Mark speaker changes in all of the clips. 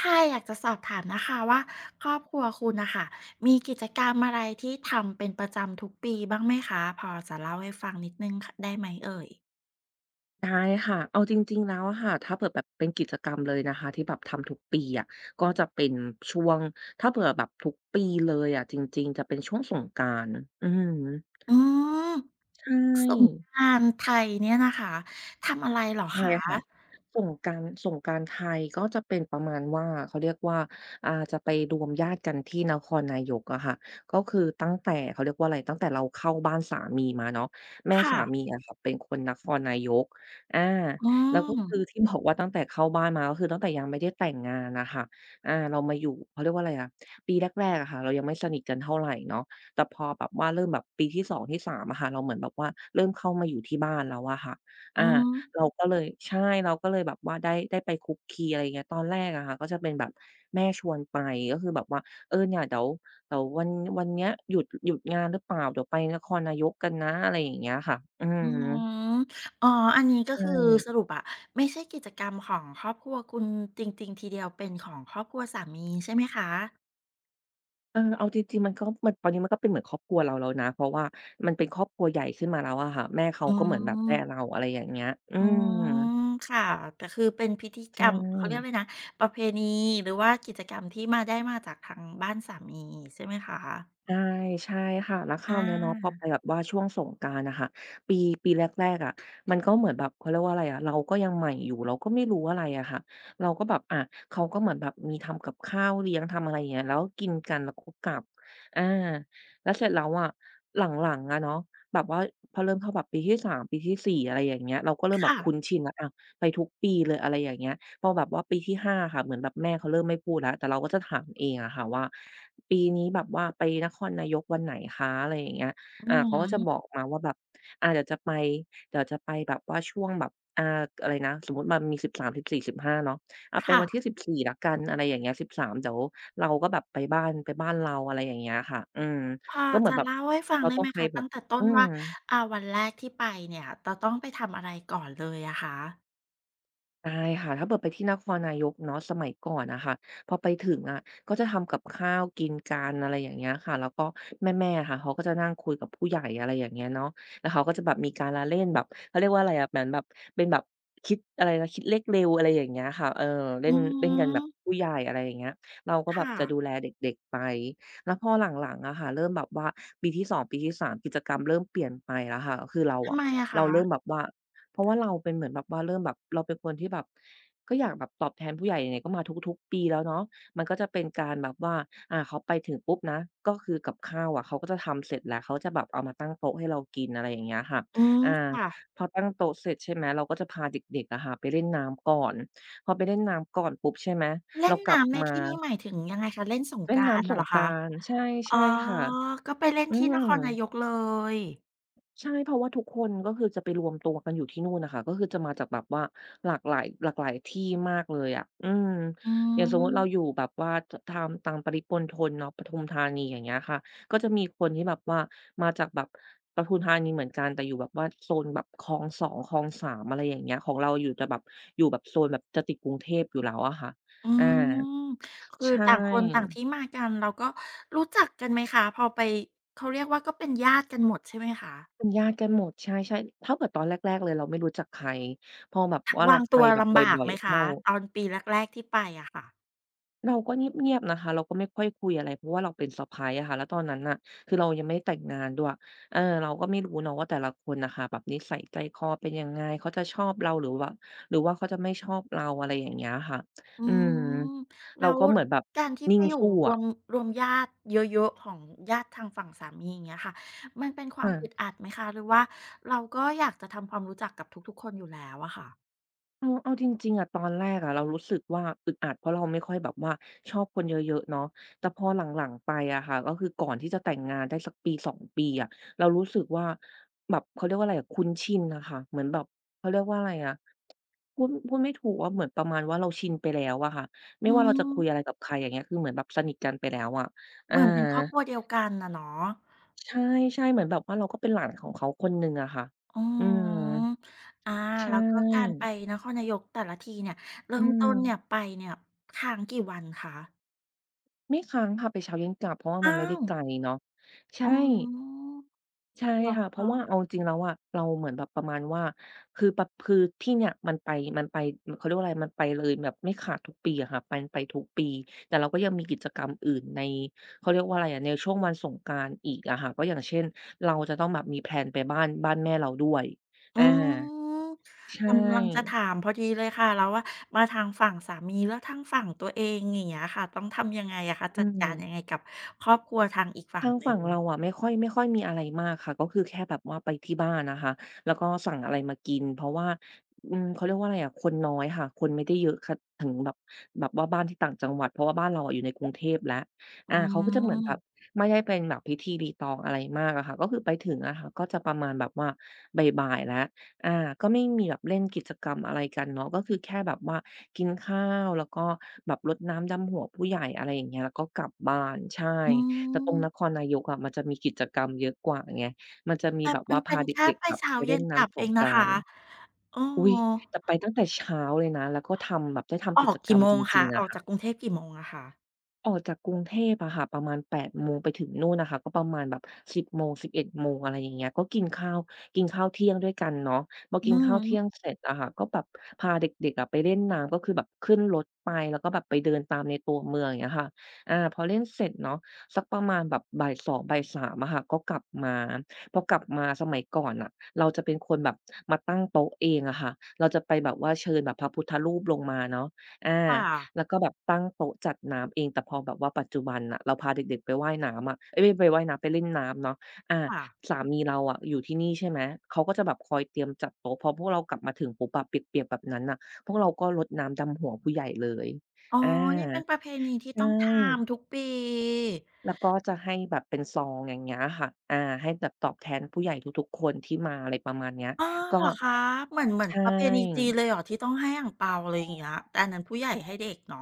Speaker 1: ค่ะอยากจะสอบถามนะคะว่าครอบครัวคุณนะคะมีกิจกรรมอะไรที่ทำเป็นประจำทุกปีบ้างไหมคะพอจะเล่าให้ฟังนิดนึงคะได้ไหมเอ่ย
Speaker 2: ได้ค่ะเอาจริงๆแล้วอะค่ะถ้าเผื่อแบบเป็นกิจกรรมเลยนะคะที่แบบทำทุกปีอะก็จะเป็นช่วงถ้าเผื่อแบบทุกปีเลยอะจริงๆจะเป็นช่วงสงกรานต์อือฮึ
Speaker 1: อืม
Speaker 2: ใช่
Speaker 1: สงกรานต์ไทยเนี่ยนะคะทำอะไรเหรอ
Speaker 2: ใช่
Speaker 1: คะ
Speaker 2: ค่ะสงกรานต์ไทยก็จะเป็นประมาณว่าเขาเรียกว่าจะไปรวมญาติกันที่นครนายกอะค่ะก็คือตั้งแต่เขาเรียกว่าอะไรตั้งแต่เราเข้าบ้านสามีมาเนาะแม่
Speaker 1: ค่ะ
Speaker 2: สามีอะค่ะเป็นคนนครนายกอา
Speaker 1: อื
Speaker 2: แล้วก็
Speaker 1: ม
Speaker 2: คือที่บอกว่าตั้งแต่เข้าบ้านมาก็คือตั้งแต่ยังไม่ได้แต่งงานน่ะค่ะอาเรามาอยู่เขาเรียกว่าอะไรอะปีแรกๆอะค่ะเรายังไม่สนิทกันเท่าไรเนาะแต่พอแบบว่าเริ่มแบบปีที่สองที่สามอะค่ะเราเหมือนแบบว่าเริ่มเข้ามาอยู่ที่บ้านแล้วอะค่ะอา
Speaker 1: อืม
Speaker 2: เราก็เลยใช่เราก็เลยแบบว่าได้ไปคลุกคลีอะไรอย่างเงี้ยตอนแรกอะค่ะก็จะเป็นแบบแม่ชวนไปก็คือแบบว่าเออเนี่ยเดี๋ยววันเนี้ยหยุดงานหรือเปล่าเดี๋ยวไปนครนายกกันนะอะไรอย่างเงี้ยค่ะอือ
Speaker 1: อื
Speaker 2: ฮึ
Speaker 1: มอ๋ออันนี้ก็
Speaker 2: ใช่
Speaker 1: คือสรุปอะไม่ใช่กิจกรรมของครอบครัวคุณจริงๆทีเดียวเป็นของครอบครัวสามีใช่ไหมคะ
Speaker 2: เออเอาจริงๆมันตอนนี้มันก็เป็นเหมือนครอบครัวเราแล้วนะเพราะว่ามันเป็นครอบครัวใหญ่ขึ้นมาแล้วอะค่ะแม่เขา
Speaker 1: อื
Speaker 2: ก็เหมือนแบบแม่เรา
Speaker 1: ม
Speaker 2: อะไรอย่างเงี้ยอื
Speaker 1: อื
Speaker 2: ม
Speaker 1: มค่ะแต่คือเป็นพิธี
Speaker 2: ใช
Speaker 1: กรรมเขาเรียกอะ
Speaker 2: ่
Speaker 1: ไรนะประเพณีหรือว่ากิจกรรมที่มาได้มาจากทางบ้านสามีใช่ไหมคะ
Speaker 2: ใช่ใช่ค่ะแล้วคราว
Speaker 1: อา
Speaker 2: เนี้ยเนาะพอไปแบบว่าช่วงสงกรานต์น่ะค่ะปีปีแรกๆอะมันก็เหมือนแบบเขาเรียกว่าอะไรอะเราก็ยังใหม่อยู่เราก็ไม่รู้อะไรอะค่ะเราก็แบบอะเขาก็เหมือนแบบมีทำกับข้าวเลี้ยงทำอะไรอย่างเงี้ยแล้วกินกันแล้วก็กลับอาแล้วเสร็จแล้วอะหลังๆอะเนาะแบบว่าพอเริ่มเข้าแบบปีที่สามปีที่สี่อะไรอย่างเงี้ยเราก็เริ่มแบบ
Speaker 1: ค่ะ
Speaker 2: คุ้นชินแล้วอะไปทุกปีเลยอะไรอย่างเงี้ย พอแบบว่าปีที่5ค่ะเหมือนแบบแม่เขาเริ่มไม่พูดแล้วแต่เราก็จะถามเองอะค่ะว่าปีนี้แบบว่าไปนครนายกวันไหนคะอะไรอย่างเงี้ย
Speaker 1: อือ
Speaker 2: เขาก็จะบอ
Speaker 1: ฮึ
Speaker 2: กมาว่าแบบอาเดี๋ยวจะไปแบบว่าช่วงแบบอ่าอะไรนะสมมุติมันมีสิบสามสิบสี่สิบห้าเนาะอาไปวันที่
Speaker 1: ค่ะ
Speaker 2: 14แล้วกันอะไรอย่างเงี้ยสิบสามเดี๋ยวเราก็แบบไปบ้านเราอะไรอย่างเงี้ยค่ะอืม
Speaker 1: พอ
Speaker 2: ก็เหมือน
Speaker 1: จะ
Speaker 2: แบบ
Speaker 1: เล่าให้ฟัง
Speaker 2: เรา
Speaker 1: ได้
Speaker 2: ต้อ
Speaker 1: ไห
Speaker 2: ง
Speaker 1: ม
Speaker 2: ไป
Speaker 1: คะ
Speaker 2: แบบ
Speaker 1: ตั้งแต่ต้
Speaker 2: อื
Speaker 1: น
Speaker 2: ม
Speaker 1: ว่าวันแรกที่ไปเนี่ยจะต้องไปทำอะไรก่อนเลยอะคะ
Speaker 2: ใช่ค่ะถ้าเกิดไปที่นครนายกเนาะสมัยก่อนอะค่ะพอไปถึงอะก็จะทำกับข้าวกินกันอะไรอย่างเงี้ยค่ะแล้วก็แม่ๆอะค่ะเขาก็จะนั่งคุยกับผู้ใหญ่อะไรอย่างเงี้ยเนาะแล้วเขาก็จะแบบมีการละเล่นแบบเขาเรียกว่าอะไรอะเหมือนแบบเป็นแบบคิดอะไรนะคิดเลขเร็วอะไรอย่างเงี้ยค่ะเออเล่
Speaker 1: อื
Speaker 2: นเล่นกันแบบ
Speaker 1: ม
Speaker 2: ผู้ใหญ่อะไรอย่างเงี้ยเราก็แบบ
Speaker 1: ค่ะ
Speaker 2: จะดูแลเด็กๆไปแล้วพอหลังๆอะค่ะเริ่มแบบว่าปีที่2ปีที่3กิจกรรมเริ่มเปลี่ยนไปแล้วค่ะก็คือเรา
Speaker 1: ทำ
Speaker 2: อะ
Speaker 1: ไมอะ
Speaker 2: เรา
Speaker 1: คะ
Speaker 2: เริ่มแบบว่า เพราะว่าเราเป็นเหมือนแบบว่าเริ่มแบบเราเป็นคนที่แบบก็อยากแบบตอบแทนผู้ใหญ่ไหนๆก็มาทุกๆปีแล้วเนาะมันก็จะเป็นการแบบว่าเขาไปถึงปุ๊บนะก็คือกับข้าวอะเขาก็จะทำเสร็จแล้วเขาจะแบบเอามาตั้งโต๊ะให้เรากินอะไรอย่างเงี้ยค่ะ
Speaker 1: อืม
Speaker 2: อา
Speaker 1: ค่ะ
Speaker 2: พอตั้งโต๊ะเสร็จใช่ไหมเราก็จะพาเด็กๆอะค่ะไปเล่นน้ำก่อนพอไปเล่นน้ำก่อนปุ๊บใช่ไหม
Speaker 1: เล่
Speaker 2: เรา
Speaker 1: น
Speaker 2: กลับ
Speaker 1: น้ำใน
Speaker 2: มา
Speaker 1: ที่นี่หมายถึงยังไงคะเล่นสง
Speaker 2: เล่
Speaker 1: ก
Speaker 2: น
Speaker 1: รานต์
Speaker 2: น้ำส
Speaker 1: น่ะเห
Speaker 2: ง
Speaker 1: รอ
Speaker 2: ก
Speaker 1: คะ
Speaker 2: รานต์ใช่
Speaker 1: อ๋
Speaker 2: ใช่
Speaker 1: อ
Speaker 2: ค่ะ
Speaker 1: ก็ไปเล่น
Speaker 2: อื
Speaker 1: ที่นค
Speaker 2: ม
Speaker 1: รนายกเลย
Speaker 2: ใช่เพราะว่าทุกคนก็คือจะไปรวมตัวกันอยู่ที่นู่นน่ะค่ะก็คือจะมาจากแบบว่าหลากหลายที่มากเลยอะอืม
Speaker 1: อื
Speaker 2: อย่างสมมุติเราอยู่
Speaker 1: ม
Speaker 2: แบบว่าทางปริมณฑลเนาะปทุมธานีอย่างเงี้ยค่ะก็จะมีคนที่แบบว่ามาจากแบบปทุมธานีเหมือนกันแต่อยู่แบบว่าโซนแบบคลองสองคลองสามอะไรอย่างเงี้ยของเราอยู่จะแบบอยู่แบบโซนแบบจะติดกรุงเทพอยู่แล้วอะค่ะ
Speaker 1: อื
Speaker 2: อา
Speaker 1: มคือ
Speaker 2: ใช่
Speaker 1: ต่างคนต่างที่มากันแล้วก็รู้จักกันไหมคะพอไปเขาเรียกว่าก็เป็นญาติกันหมดใช่ไหมคะ
Speaker 2: เป็นญาติกันหมดใช่เท่ากับตอนแรกๆเลยเราไม่รู้จักใครพอแบบว่าเรา
Speaker 1: วาง
Speaker 2: ไป
Speaker 1: ตัว
Speaker 2: แบบบ
Speaker 1: ลำบาก
Speaker 2: ่อย
Speaker 1: ไหม
Speaker 2: ๆ
Speaker 1: คะ
Speaker 2: เข้า
Speaker 1: ตอนปีแรกๆที่ไปอะค่ะ
Speaker 2: เราก็เงียบๆนะคะเราก็ไม่ค่อยคุยอะไรเพราะว่าเราเป็นสซาะไพรอะค่ะแล้วตอนนั้นน่ะคือเรายังไม่ได้แต่งงานด้วยเราก็ไม่รู้เนาะว่าแต่ละคนน่ะค่ะแบบนิสัยใจคอเป็นยังไงเขาจะชอบเราหรือว่าเขาจะไม่ชอบเราอะไรอย่างเงี้ยค่ะ
Speaker 1: อื
Speaker 2: อืม
Speaker 1: ม
Speaker 2: เรา
Speaker 1: แล้ว
Speaker 2: ก็เหมือนแบบ
Speaker 1: การที่
Speaker 2: นิ่
Speaker 1: ไป
Speaker 2: ง
Speaker 1: อยู่
Speaker 2: สู้
Speaker 1: รว
Speaker 2: อะ
Speaker 1: มรวมญาติเยอะๆของญาติทางฝั่งสามีอย่างเงี้ยค่ะมันเป็นความ
Speaker 2: อา
Speaker 1: อึดอัดไหมคะหรือว่าเราก็อยากจะทำความรู้จักกับทุกๆคนอยู่แล้วอะค่ะ
Speaker 2: เอาจริงๆอะตอนแรกอะเรารู้สึกว่าอึดอัดเพราะเราไม่ค่อยแบบว่าชอบคนเยอะๆเนาะแต่พอหลังๆไปอะค่ะก็คือก่อนที่จะแต่งงานได้สักปสอ2ปีอะเรารู้สึกว่าแบบเขาเรียกว่าอะไรอะคุ้นชินน่ะค่ะเหมือนแบบเขาเรียกว่าอะไรอะพูดไม่ถูกว่าเหมือนประมาณว่าเราชินไปแล้วอะค่ะไม่
Speaker 1: อื
Speaker 2: ว่าเราจะคุ
Speaker 1: ม
Speaker 2: ยอะไรกับใครอย่างเงี้ยคือเหมือนแบบสนิทกันไปแล้วอะอา
Speaker 1: เหมือนเป็นครอบครัวเดียวกันน่ะเนาะ
Speaker 2: ใช่ๆเหมือนแบบว่าเราก็เป็นหลานของเขาคนหนึ่งอะค่ะ
Speaker 1: อ๋
Speaker 2: อืม
Speaker 1: ออา
Speaker 2: ใช่
Speaker 1: แล้วก็การไปนครนายกแต่ละทีเนี่ย เริ่
Speaker 2: อื
Speaker 1: มต้
Speaker 2: ม
Speaker 1: นเนี่ยไปเนี่ยค้างกี่วันคะ
Speaker 2: ไม่ค้างค่ะไปเช้าเย็นกลับเพราะว่ามัน
Speaker 1: อ้า
Speaker 2: ไม่ได้
Speaker 1: ว
Speaker 2: ไกลเนาะใช่
Speaker 1: อ๋อ
Speaker 2: ใช่
Speaker 1: เหรอ
Speaker 2: ค่ะเพราะว่า
Speaker 1: คะ
Speaker 2: เอาจริงแล้วอะเราเหมือนแบบประมาณว่าคือปะคือที่เนี่ยมันไปเขาเรียกว่าอะไรมันไปเลยแบบไม่ขาดทุกปีอะค่ะไปทุกปีแต่เราก็ยังมีกิจกรรมอื่นในเขาเรียกว่าอะไรอะในช่วงวันสงกรานต์อีกอะค่ะก็อย่างเช่นเราจะต้องแบบมีแพลนไปบ้านแม่เราด้วยอา
Speaker 1: อืม
Speaker 2: ใช
Speaker 1: กำลังจะ
Speaker 2: ่
Speaker 1: ถามพอดีเลยค่ะแล้วว่ามาทางฝั่งสามีแล้วทางฝั่งตัวเองอย่างเงี้ยค่ะต้องทำยังไงอะคะ
Speaker 2: อื
Speaker 1: จัดการยังไง
Speaker 2: ม
Speaker 1: กับครอบครัวทางอีกฝั่ง
Speaker 2: ทาง
Speaker 1: หนึ่
Speaker 2: ฝั่ง
Speaker 1: ง
Speaker 2: เราอะไม่ค่อยมีอะไรมากค่ะก็คือแค่แบบว่าไปที่บ้านนะคะแล้วก็สั่งอะไรมากินเพราะว่าอืมเขาเรียกว่าอะไรอะคนน้อยค่ะคนไม่ได้เยอะค่ะถึงแบบแบบว่าบ้านที่ต่างจังหวัดเพราะว่าบ้านเราอะอยู่ในกรุงเทพแล้ว
Speaker 1: อื
Speaker 2: อาเขาก็จะเหมือนแบบ
Speaker 1: ม
Speaker 2: ไม่ได้เป็นแบบพิธีรีตองอะไรมากอะค่ะก็คือไปถึงอะค่ะก็จะประมาณแบบว่าบ่ายๆแล้วอาก็ไม่มีแบบเล่นกิจกรรมอะไรกันเนาะก็คือแค่แบบว่ากินข้าวแล้วก็แบบรดน้ำดำหัวผู้ใหญ่อะไรอย่างเงี้ยแล้วก็กลับบ้านใช่
Speaker 1: อื
Speaker 2: แต่ตร
Speaker 1: ม
Speaker 2: งนครนายกอะมันจะมีกิจกรรมเยอะกว่าไงมันจะมี
Speaker 1: แต่
Speaker 2: แบบ
Speaker 1: มั
Speaker 2: ว่า
Speaker 1: นเป็
Speaker 2: พา
Speaker 1: น
Speaker 2: เ
Speaker 1: แค่
Speaker 2: ด็ก
Speaker 1: ไป
Speaker 2: ๆแบบ
Speaker 1: เช้า
Speaker 2: ไปเล่
Speaker 1: เย็
Speaker 2: น
Speaker 1: นกลับ
Speaker 2: น้ำส
Speaker 1: เอ
Speaker 2: ง
Speaker 1: ง
Speaker 2: ก
Speaker 1: นะ
Speaker 2: ราน
Speaker 1: คะ
Speaker 2: ต์
Speaker 1: เออ
Speaker 2: อุ๊ยแต่ไปตั้งแต่เช้าเลยนะ แล้วก็ทำแบบได้ทำ
Speaker 1: อ
Speaker 2: กิ
Speaker 1: อก
Speaker 2: จกร
Speaker 1: กี่
Speaker 2: รม
Speaker 1: โม
Speaker 2: จ
Speaker 1: ง
Speaker 2: ริ
Speaker 1: คะ
Speaker 2: งๆ
Speaker 1: อ
Speaker 2: อะ
Speaker 1: อก
Speaker 2: ค่ะ
Speaker 1: จากกรุงเทพกี่โมงอะคะ
Speaker 2: ออกจากกรุงเทพอะค่ะประมาณ8โมงไปถึงนู่นน่ะค่ะก็ประมาณแบบ10โมงสิบเอ็1โมงอะไรอย่างเงี้ยก็กินข้าวเที่ยงด้วยกันเนาะพอ
Speaker 1: อือ
Speaker 2: กิ
Speaker 1: ฮ
Speaker 2: นข้าวเที่ยง
Speaker 1: ึ
Speaker 2: เสร็จอะค่ะก็แบบพาเด็กๆอะไปเล่นน้ำก็คือแบบขึ้นรถไปแล้วก็แบบไปเดินตามในตัวเมืองอย่างเงี้ยค่ะอาพอเล่นเสร็จเนาะสักประมาณแบบ14:00 15:00องบ่ายสามอะค่ะก็กลับมาพอกลับมาสมัยก่อนน่ะเราจะเป็นคนแบบมาตั้งโต๊ะเองอะค่ะเราจะไปแบบว่าเชิญแบบพระพุทธรูปลงมาเนาะอา
Speaker 1: ค่ะ
Speaker 2: แล้วก็แบบตั้งโต๊ะจัดน้ำเองแต่พอแบบว่าปัจจุบันน่ะเราพาเด็กๆไปว่ายน้ำอะเอ๊ยไม่ไปว่ายน้ำไปเล่นน้ำเนาะอา
Speaker 1: ค่ะ
Speaker 2: สามีเราอะอยู่ที่นี่ใช่ไหมเขาก็จะแบบคอยเตรียมจัดโต๊ะพอพวกเรากลับมาถึงปุ๊บอะเปียกๆแบบนั้นน่ะพวกเราก็รดน้ำดำหัวผู้ใหญ่เลย
Speaker 1: อ๋อ
Speaker 2: อ
Speaker 1: นี่เป็น
Speaker 2: า
Speaker 1: ประเพณีที่
Speaker 2: ใช่
Speaker 1: ต้องทำทุกปี
Speaker 2: แล้วก็จะให้แบบเป็นซองอย่างเงี้ยค่ะอาให้แบบตอบแทนผู้ใหญ่ทุกๆคนที่มาอะไรประมาณเนี้ย
Speaker 1: อ้อ
Speaker 2: ก็
Speaker 1: เหรอคะเหมือนเหมือน
Speaker 2: ใช่
Speaker 1: ประเพณีจีนเลยเหรอที่ต้องให้อั่งเปาอะไรอย่างเงี้ยแต่อันนั้นผู้ใหญ่ให้เด็กเนาะ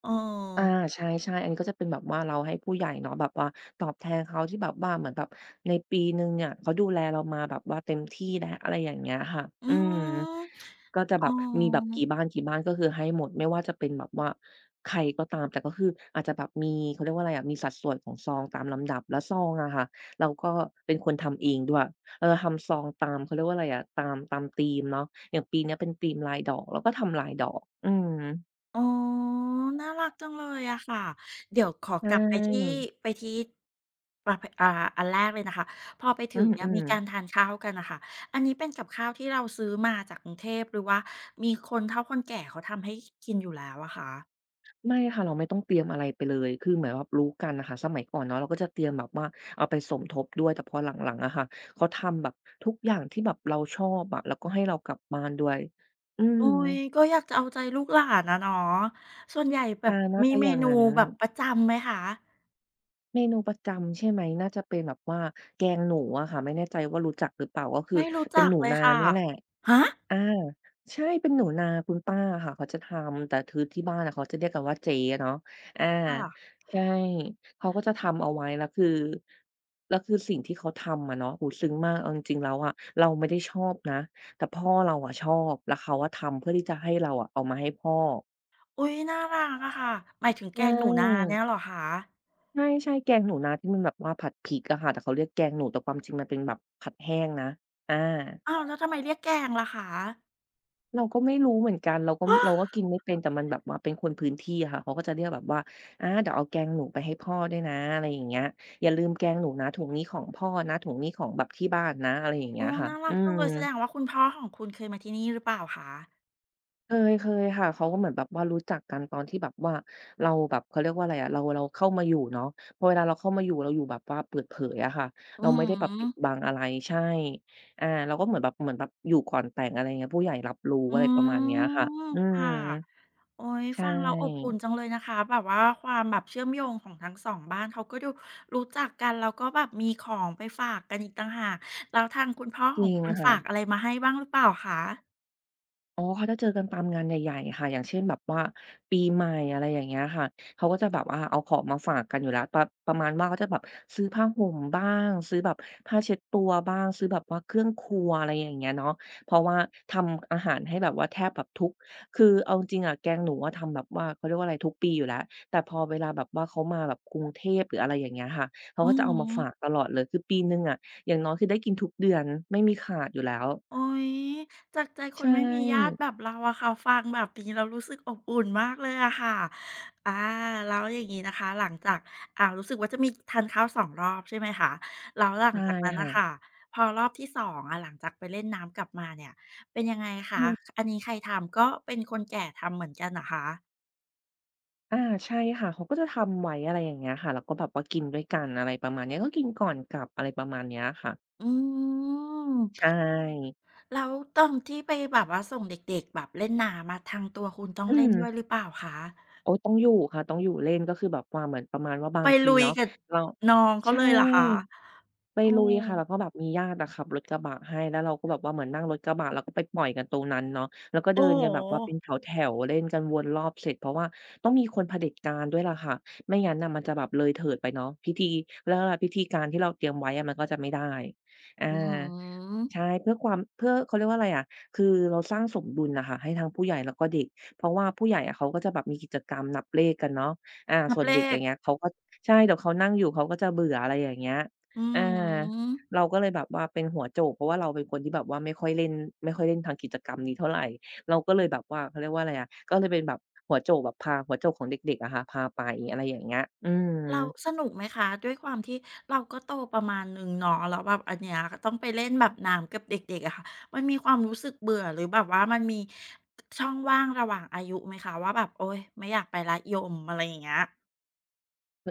Speaker 1: เออ
Speaker 2: อาใช่ๆอันนี้ก็จะเป็นแบบว่าเราให้ผู้ใหญ่เนาะแบบว่าตอบแทนเขาที่แบบว่าเหมือนแบบในปีหนึ่งเนี่ยเขาดูแลเรามาแบบว่าเต็มที่แล้วอะไรอย่างเงี้ยค่ะ
Speaker 1: อื
Speaker 2: อืม
Speaker 1: ม
Speaker 2: ก็จะแบ
Speaker 1: อ๋
Speaker 2: บมีแบบ
Speaker 1: อ
Speaker 2: กี่บ้านๆก็คือให้หมดไม่ว่าจะเป็นแบบว่าใครก็ตามแต่ก็คืออาจจะแบบมีเขาเรียกว่าอะไรอะมีสัดส่วนของซองตามลำดับแล้วซองอะค่ะเราก็เป็นคนทำเองด้วยเออทำซองตามเขาเรียกว่าอะไรอะตามธีมเนาะอย่างปีเนี้ยเป็นธีมลายดอกเราก็ทำลายดอกอืม
Speaker 1: อ๋อน่ารักจังเลยอะค่ะ เดี๋ยวขอ
Speaker 2: ใช
Speaker 1: กลับไปที่
Speaker 2: ่
Speaker 1: ไปที่ประเภอันแรกเลยนะคะพอไป
Speaker 2: อื
Speaker 1: ถึงเนี่ย
Speaker 2: ม
Speaker 1: มีการ
Speaker 2: ๆ
Speaker 1: ทานข้าวกันน่ะค่ะอันนี้เป็นกับข้าวที่เราซื้อมาจากกรุงเทพหรือว่ามีคนเฒ่าคนแก่เขาทำให้กินอยู่แล้วอะคะ
Speaker 2: ไม่ค่ะเราไม่ต้องเตรียมอะไรไปเลยคือเหมือนแบบรู้กันน่ะค่ะสมัยก่อนเนาะเราก็จะเตรียมแบบว่าเอาไปสมทบด้วยแต่พอหลังๆอะค่ะเขาทำแบบทุกอย่างที่แบบเราชอบอะแล้วก็ให้เรากลับบ้านด้วยอืม
Speaker 1: โอ๊ยก็อยากจะเอาใจลูกหลานอะเนาะส่วนใหญ่แบ
Speaker 2: อา
Speaker 1: บ
Speaker 2: น่า
Speaker 1: มี
Speaker 2: จะอ
Speaker 1: เม
Speaker 2: ย่าง
Speaker 1: นู
Speaker 2: งั้น
Speaker 1: แบบประจำไหมคะ
Speaker 2: เมนูประจำใช่ไหมน่าจะเป็นแบบว่าแกงหนูอะค่ะไม่แน่ใจว่ารู้จักหรือเปล่าก็คือ
Speaker 1: ไม่รู้
Speaker 2: เป็น
Speaker 1: จัก
Speaker 2: หนู
Speaker 1: เลย
Speaker 2: นา
Speaker 1: ค่ะ
Speaker 2: เนี่ยแหละ
Speaker 1: ฮะ
Speaker 2: อาใช่เป็นหนูนาคุณป้าอะค่ะเขาจะทำแต่คือที่บ้านอะเขาจะเรียกกันว่าเจ๊เนาะอา
Speaker 1: ค่ะ
Speaker 2: ใช่เขาก็จะทำเอาไว้แล้วคือแล้วคือสิ่งที่เขาทำอะเนาะโอ้โฮซึ้งมากเอาจริงๆแล้วอะเราไม่ได้ชอบนะแต่พ่อเราอะชอบแล้วเขาอะทำเพื่อที่จะให้เราอะเอามาให้พ่อ
Speaker 1: อุ๊ยน่ารักอะค่ะหมายถึง
Speaker 2: ใ
Speaker 1: แกงหนูนา
Speaker 2: ช
Speaker 1: เนี่ยเหรอคะ
Speaker 2: ่ใช่ๆแกงหนูนาที่มันแบบว่าผัดพริกอะค่ะแต่เขาเรียกแกงหนูแต่ความจริงมันเป็นแบบผัดแห้งนะอา
Speaker 1: อ้าวแล้วทำไมเรียกแกงล่ะคะ
Speaker 2: เราก็ไม่รู้เหมือนกันเราก็
Speaker 1: อ้อ
Speaker 2: เราก็กิน ไม่เป็นแต่มันแบบว่าเป็นคนพื้นที่อะค่ะเขาก็จะเรียกแบบว่าอาเดี๋ยวเอาแกงหนูไปให้พ่อด้วยนะอะไรอย่างเงี้ยอย่าลืมแกงหนูนะถุงนี้ของพ่อนะถุงนี้ของแบบที่บ้านนะอะไรอย่างเงี้
Speaker 1: โอ้
Speaker 2: ยค่ะ
Speaker 1: น่ารั
Speaker 2: อื
Speaker 1: กจั
Speaker 2: ม
Speaker 1: งเลยแสดงว่าคุณพ่อของคุณเคยมาที่นี่หรือเปล่าคะ
Speaker 2: เคยเคยค่ะเขาก็เหมือนแบบว่ารู้จักกันตอนที่แบบว่าเราแบบเขาเรียกว่าอะไรอะเราเข้ามาอยู่เนาะพอเวลาเราเข้ามาอยู่เราอยู่แบบว่าเปิดเผยอะค่ะ
Speaker 1: อื
Speaker 2: เรา
Speaker 1: อ
Speaker 2: ไม่
Speaker 1: ฮึ
Speaker 2: ได้แบบปิดบังอะไรใช่อาเราก็เหมือนแบบเหมือนแบบอยู่ก่อนแต่งอะไรเงี้ยผู้ใหญ่รับรู้
Speaker 1: อื
Speaker 2: อะไรประมาณเนี้ยค่ะ
Speaker 1: ม
Speaker 2: อืม
Speaker 1: ค่ะโอ๊ย
Speaker 2: ใช
Speaker 1: ฟังแล้วอบอุ่
Speaker 2: ่
Speaker 1: นจังเลยนะคะแบบว่าความแบบเชื่อมโยงของทั้งสองบ้านเขาก็ดูรู้จักกันแล้วก็แบบมีของไปฝากกันอีกต่างหากแล้วทางคุณพ่อ
Speaker 2: จ
Speaker 1: ขอ
Speaker 2: ริ
Speaker 1: ง
Speaker 2: ง
Speaker 1: คุณฝากอะ
Speaker 2: ค่ะ
Speaker 1: ไรมาให้บ้างหรือเปล่าคะ
Speaker 2: อ๋อเขาจะเจอกันตามงานใหญ่ๆค่ะอย่างเช่นแบบว่าปีใหม่อะไรอย่างเงี้ยค่ะเขาก็จะแบบว่าเอาของมาฝากกันอยู่แล้วปะประมาณว่าเขาจะแบบซื้อผ้าห่มบ้างซื้อแบบผ้าเช็ดตัวบ้างซื้อแบบว่าเครื่องครัวอะไรอย่างเงี้ยเนาะเพราะว่าทำอาหารให้แบบว่าแทบแบบทุกคือเอาจริงๆอะแกงหนูอะทำแบบว่าเขาเรียกว่าอะไรทุกปีอยู่แล้วแต่พอเวลาแบบว่าเขามาแบบกรุงเทพหรืออะไรอย่างเงี้ยค่ะเขา
Speaker 1: อื
Speaker 2: ก็
Speaker 1: อ
Speaker 2: จะเอามาฝากต
Speaker 1: ฮึ
Speaker 2: ลอดเลยคือปีหนึ่งอะอย่างน้อยคือได้กินทุกเดือนไม่มีขาดอยู่แล้ว
Speaker 1: โอ๊ยจากใจค
Speaker 2: ใช
Speaker 1: นไม่มีญาติ
Speaker 2: ่
Speaker 1: แบบเราอะค่ะฟังแบบนี้เรารู้สึกอบอุ่นมากเลยอะค่ะอาแล้วอย่างนี้นะคะหลังจากรู้สึกว่าจะมีทานข้าวสองรอบใช่ไหมคะแล้วหลัง
Speaker 2: ใช่
Speaker 1: จากนั้นน่ะ
Speaker 2: ค่ะ
Speaker 1: คะพอรอบที่สองอะหลังจากไปเล่นน้ำกลับมาเนี่ยเป็นยังไงคะ
Speaker 2: อืม
Speaker 1: อันนี้ใครทำก็เป็นคนแก่ทำเหมือนกันเหรอคะ
Speaker 2: อาใช่ค่ะเขาก็จะทำไว้อะไรอย่างเงี้ยค่ะแล้วก็แบบว่ากินด้วยกันอะไรประมาณเนี้ยก็กินก่อนกลับอะไรประมาณเนี้ยค่ะ
Speaker 1: อื
Speaker 2: ใช
Speaker 1: ม
Speaker 2: ่
Speaker 1: แล้วตอนที่ไปแบบว่าส่งเด็กๆแบบเล่นน้ำมาทางตัวคุณต้อง
Speaker 2: อื
Speaker 1: เล่น
Speaker 2: ม
Speaker 1: ด้วยหรือเปล่าคะ
Speaker 2: โอ๊ยต้องอยู่ค่ะต้องอยู่เล่นก็คือแบบว่าเหมือนประมาณว่าบา
Speaker 1: ไป
Speaker 2: งที
Speaker 1: ลุย
Speaker 2: เนาะ
Speaker 1: กับ
Speaker 2: เรา
Speaker 1: น้องเขา
Speaker 2: ใช่
Speaker 1: เลยเหรอคะ
Speaker 2: ไป
Speaker 1: โอ้
Speaker 2: ลุยค่ะแล้วก็แบบมีญาติอะขับรถกระบะให้แล้วเราก็แบบว่าเหมือนนั่งรถกระบะแล้วก็ไปปล่อยกันตรงนั้นเนาะแล้วก็เดิ
Speaker 1: โอ้
Speaker 2: น
Speaker 1: โฮ
Speaker 2: กันแบบว่าเป็นแถวๆเล่นกันวนรอบเสร็จเพราะว่าต้องมีคนเผด็จการด้วยล่ะค่ะไม่งั้นน่ะมันจะแบบเลยเถิดไปเนาะพิธีเขาเรียกว่าอะไรพิธีการที่เราเตรียมไว้อะมันก็จะไม่ได้อา
Speaker 1: อื้อฮือ
Speaker 2: ใช่เพื่อความเพื่อเขาเรียกว่าอะไรอะคือเราสร้างสมดุลน่ะค่ะให้ทั้งผู้ใหญ่แล้วก็เด็กเพราะว่าผู้ใหญ่อะเขาก็จะแบบมีกิจกรรมนับเลขกันเนาะอา
Speaker 1: นั
Speaker 2: ส่
Speaker 1: บ
Speaker 2: วน
Speaker 1: เล
Speaker 2: เด็กอ
Speaker 1: ข
Speaker 2: ย่างเงี้ยเขาก็ใช่เดี๋ยวเขานั่งอยู่เขาก็จะเบื่ออะไรอย่างเงี้ย
Speaker 1: อือ
Speaker 2: อา
Speaker 1: ฮอ
Speaker 2: เราก็เลยแบบว่าเป็นหัวโจกเพราะว่าเราเป็นคนที่แบบว่าไม่ค่อยเล่นไม่ค่อยเล่นทางกิจกรรมนี้เท่าไรเราก็เล
Speaker 1: อื
Speaker 2: ยแบบ
Speaker 1: ม
Speaker 2: ว่าเขาเรียกว่าอะไรอะก็เลยเป็นแบบหัวโจกแบบพาหัวโจกของเด็กๆอะค่ะพาไปอะไรอย่างเงี้ยอืม
Speaker 1: เราสนุกไหมคะด้วยความที่เราก็โตประมาณหนึ่งเนาะแล้วแบบอันเนี้ยก็ต้องไปเล่นแบบน้ำกับเด็กๆอะค่ะมันมีความรู้สึกเบื่อหรือแบบว่ามันมีช่องว่างระหว่างอายุไหมคะว่าแบบโอ๊ยไม่อยากไปแล้วยมอะไรอย่างเงี้ย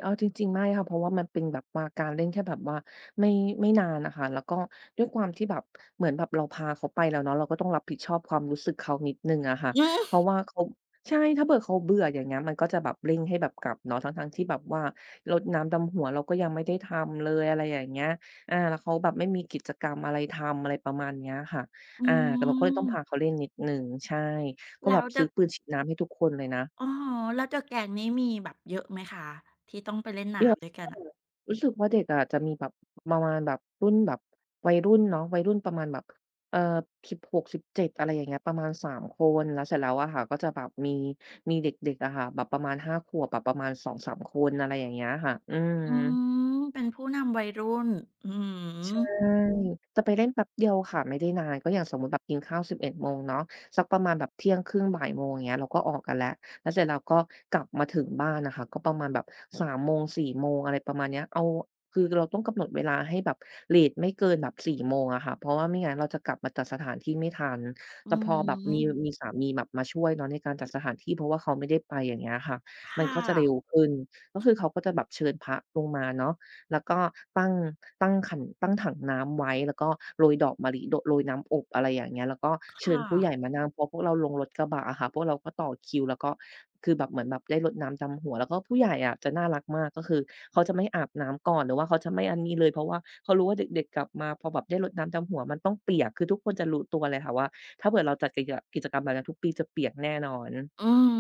Speaker 2: เอาจริงๆไม่ค่ะเพราะว่ามันเป็นแบบว่าการเล่นแค่แบบว่าไม่ไม่นานนะค่ะแล้วก็ด้วยความที่แบบเหมือนแบบเราพาเขาไปแล้วเนาะเราก็ต้องรับผิดชอบความรู้สึกเขานิดหนึ่งอะค่ะ
Speaker 1: อืม
Speaker 2: เพราะว่าเขาใช่ถ้าเผื่อเขาเบื่ออย่างเงี้ยมันก็จะแบบเร่งให้แบบกลับเนาะทั้งๆที่แบบว่ารดน้ำดำหัวเราก็ยังไม่ได้ทำเลยอะไรอย่างเงี้ยอาแล้วเขาแบบไม่มีกิจกรรมอะไรทำอะไรประมาณเนี้ยค่ะ
Speaker 1: อื
Speaker 2: อาแต่เราก็เลยต้องพา
Speaker 1: ม
Speaker 2: เขาเล่นนิดหนึ่งใช่ก็แบ
Speaker 1: แล้
Speaker 2: บ
Speaker 1: ว
Speaker 2: ซื้
Speaker 1: The
Speaker 2: อปืนฉีดน้ำให้ทุกคนเลยนะ
Speaker 1: อะฮะแล้ว The Gang นี่มีแบบเยอะไหมคะที่ต้องไปเล่น
Speaker 2: เยอะ
Speaker 1: น้ำด้วยกัน
Speaker 2: มาก
Speaker 1: อะ
Speaker 2: รู้สึกว่าเด็กอะจะมีแบบประมาณแบบรุ่นแบบวัยรุ่นเนาะวัยรุ่นประมาณแบบเอ่อ16-17อะไรอย่างเงี้ยประมาณ3คนแล้วเสร็จแล้วอะค่ะก็จะแบบมีมีเด็กๆอะค่ะแบบประมาณ5ขวบแบบประมาณ2-3คนอะไรอย่างเงี้ยค่ะอืม
Speaker 1: อืม เป็นผู้นำวัยรุ่น อืม
Speaker 2: ใช่จะไปเล่นแป๊บเดียวค่ะไม่ได้นานก็อย่างสมมุติแบบกินข้าว11โมงเนาะสักประมาณแบบเที่ยงครึ่งบ่ายโมงอย่างเงี้ยเราก็ออกกันแล้วแล้วเสร็จเราก็กลับมาถึงบ้านน่ะค่ะก็ประมาณแบบสามโมงสี่โมงอะไรประมาณเนี้ยเอาคือเราต้องกำหนดเวลาให้แบบเลตไม่เกินแบบสี่โมงอะค่ะเพราะว่าไม่งั้นเราจะกลับมาจัดสถานที่ไม่ทัน
Speaker 1: อื
Speaker 2: แต่พอแบบมี
Speaker 1: ม
Speaker 2: มีสามีแบบมาช่วยเนาะในการจัดสถานที่เพราะว่าเขาไม่ได้ไปอย่างเงี้ยค่ะมัน
Speaker 1: ค่
Speaker 2: ก็จะเร็ว
Speaker 1: ะ
Speaker 2: ขึ้นก็คือเขาก็จะแบบเชิญพระลงมาเนาะ แล้วก็ตั้งตั้งขันตั้งถังน้ำไว้แล้วก็โรยดอกมะลิโดโรยน้ำอบอะไรอย่างเงี้ยแล้วก็เชิญ
Speaker 1: ค่ะ
Speaker 2: ผู้ใหญ่มานั่งพอพวกเราลงรถกระบะอะค่ะพวกเราก็ต่อคิวแล้วก็คือแบบเหมือนแบบได้รดน้ำดำหัวแล้วก็ผู้ใหญ่อะจะน่ารักมากก็คือเขาจะไม่อาบน้ำก่อนหรือว่าเขาจะไม่อันนี้เลยเพราะว่าเขารู้ว่าเด็กๆกลับมาพอแบบได้รดน้ำดำหัวมันต้องเปียกคือทุกคนจะรู้ตัวเลยค่ะว่าถ้าเผื่อเราจัดกิจกรรมแบบเนี้ยทุกปีจะเปียกแน่นอน
Speaker 1: อืม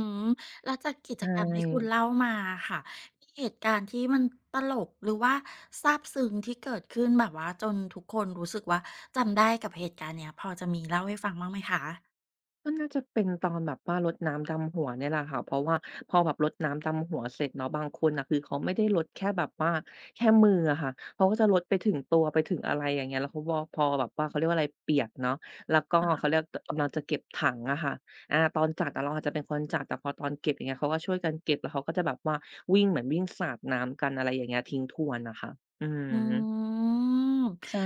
Speaker 1: แล้วจากกิ
Speaker 2: ใช
Speaker 1: จกรรมที่คุณ
Speaker 2: ่
Speaker 1: เล่ามาอะค่ะ มีเหตุการณ์ที่มันตลกหรือว่าซาบซึ้งที่เกิดขึ้นแบบว่าจนทุกคนรู้สึกว่าจำได้กับเหตุการณ์เนี้ยพอจะมีเล่าให้ฟังบ้างไหมคะ
Speaker 2: ก็น่าจะเป็นตอนแบบว่ารดน้ำดำหัวเนี่ยแหละค่ะเพราะว่าพอแบบรดน้ำดำหัวเสร็จเนาะบางคนน่ะคือเขาไม่ได้รดแค่แบบว่าแค่มืออะค่ะเขาก็จะรดไปถึงตัวไปถึงอะไรอย่างเงี้ยแล้วเขาบอกพอแบบว่าเขาเรียกว่าอะไรเปียกเนาะแล้วก็
Speaker 1: ค่ะ
Speaker 2: เขาเรียกตกำลังจะเก็บถังอะค่ะอาตอนจัดอะเราอาจจะเป็นคนจัดแต่พอตอนเก็บอย่างเงี้ยเขาก็ช่วยกันเก็บแล้วเขาก็จะแบบว่าวิ่งเหมือนวิ่งสาดน้ำกันอะไรอย่างเงี้ยทิ้งทวนนะคะอืม
Speaker 1: อืม
Speaker 2: ใช่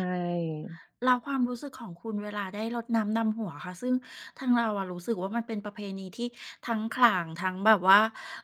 Speaker 1: แล้วความรู้สึกของคุณเวลาได้รดน้ำดำหัวค่ะซึ่งทางเราอะรู้สึกว่ามันเป็นประเพณีที่ทั้งขลังทั้งแบบว่า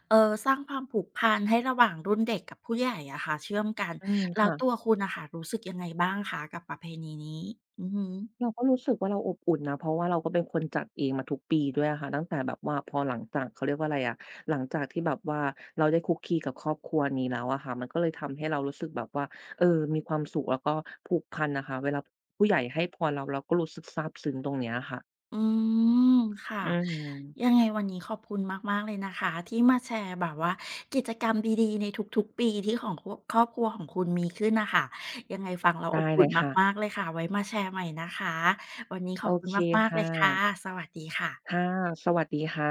Speaker 1: เออสร้างความผูกพันให้ระหว่างรุ่นเด็กกับผู้ใหญ่อะค่ะเชื่อมกัน
Speaker 2: อืม
Speaker 1: แล้ว
Speaker 2: ค่ะ
Speaker 1: ตัวคุณน่ะค่ะรู้สึกยังไงบ้างคะกับประเพณีนี้อือฮึ
Speaker 2: เราก็รู้สึกว่าเราอบอุ่นนะเพราะว่าเราก็เป็นคนจัดเองมาทุกปีด้วยอะค่ะตั้งแต่แบบว่าพอหลังจากเขาเรียกว่าอะไรอะหลังจากที่แบบว่าเราได้คลุกคลีกับครอบครัวนี้แล้วอะค่ะมันก็เลยทำให้เรารู้สึกแบบว่าเออมีความสุขแล้วก็ผูกพันน่ะค่ะเวลาผู้ใหญ่ให้พรเราเราก็รู้สึกซาบซึ้งตรงเนี้ยค่ะ
Speaker 1: อืมค่ะ
Speaker 2: อืม
Speaker 1: ยังไงวันนี้ขอบคุณมากๆเลยนะคะที่มาแชร์แบบว่ากิจกรรมดีๆในทุกๆปีที่ของครัวครอบครัวของคุณมีขึ้นน่ะค่ะยังไงฟังแล้วอ
Speaker 2: ได้
Speaker 1: บ
Speaker 2: เล
Speaker 1: อุ่น
Speaker 2: ย
Speaker 1: มา
Speaker 2: ค่ะ
Speaker 1: กๆเลยค่ะไว้มาแชร์ใหม่นะคะวันนี้ข
Speaker 2: โอ
Speaker 1: อบคุณ
Speaker 2: เค
Speaker 1: มากๆเล
Speaker 2: ค่ะ
Speaker 1: ยค่ะสวัสดีค่ะ
Speaker 2: ค่ะสวัสดีค่ะ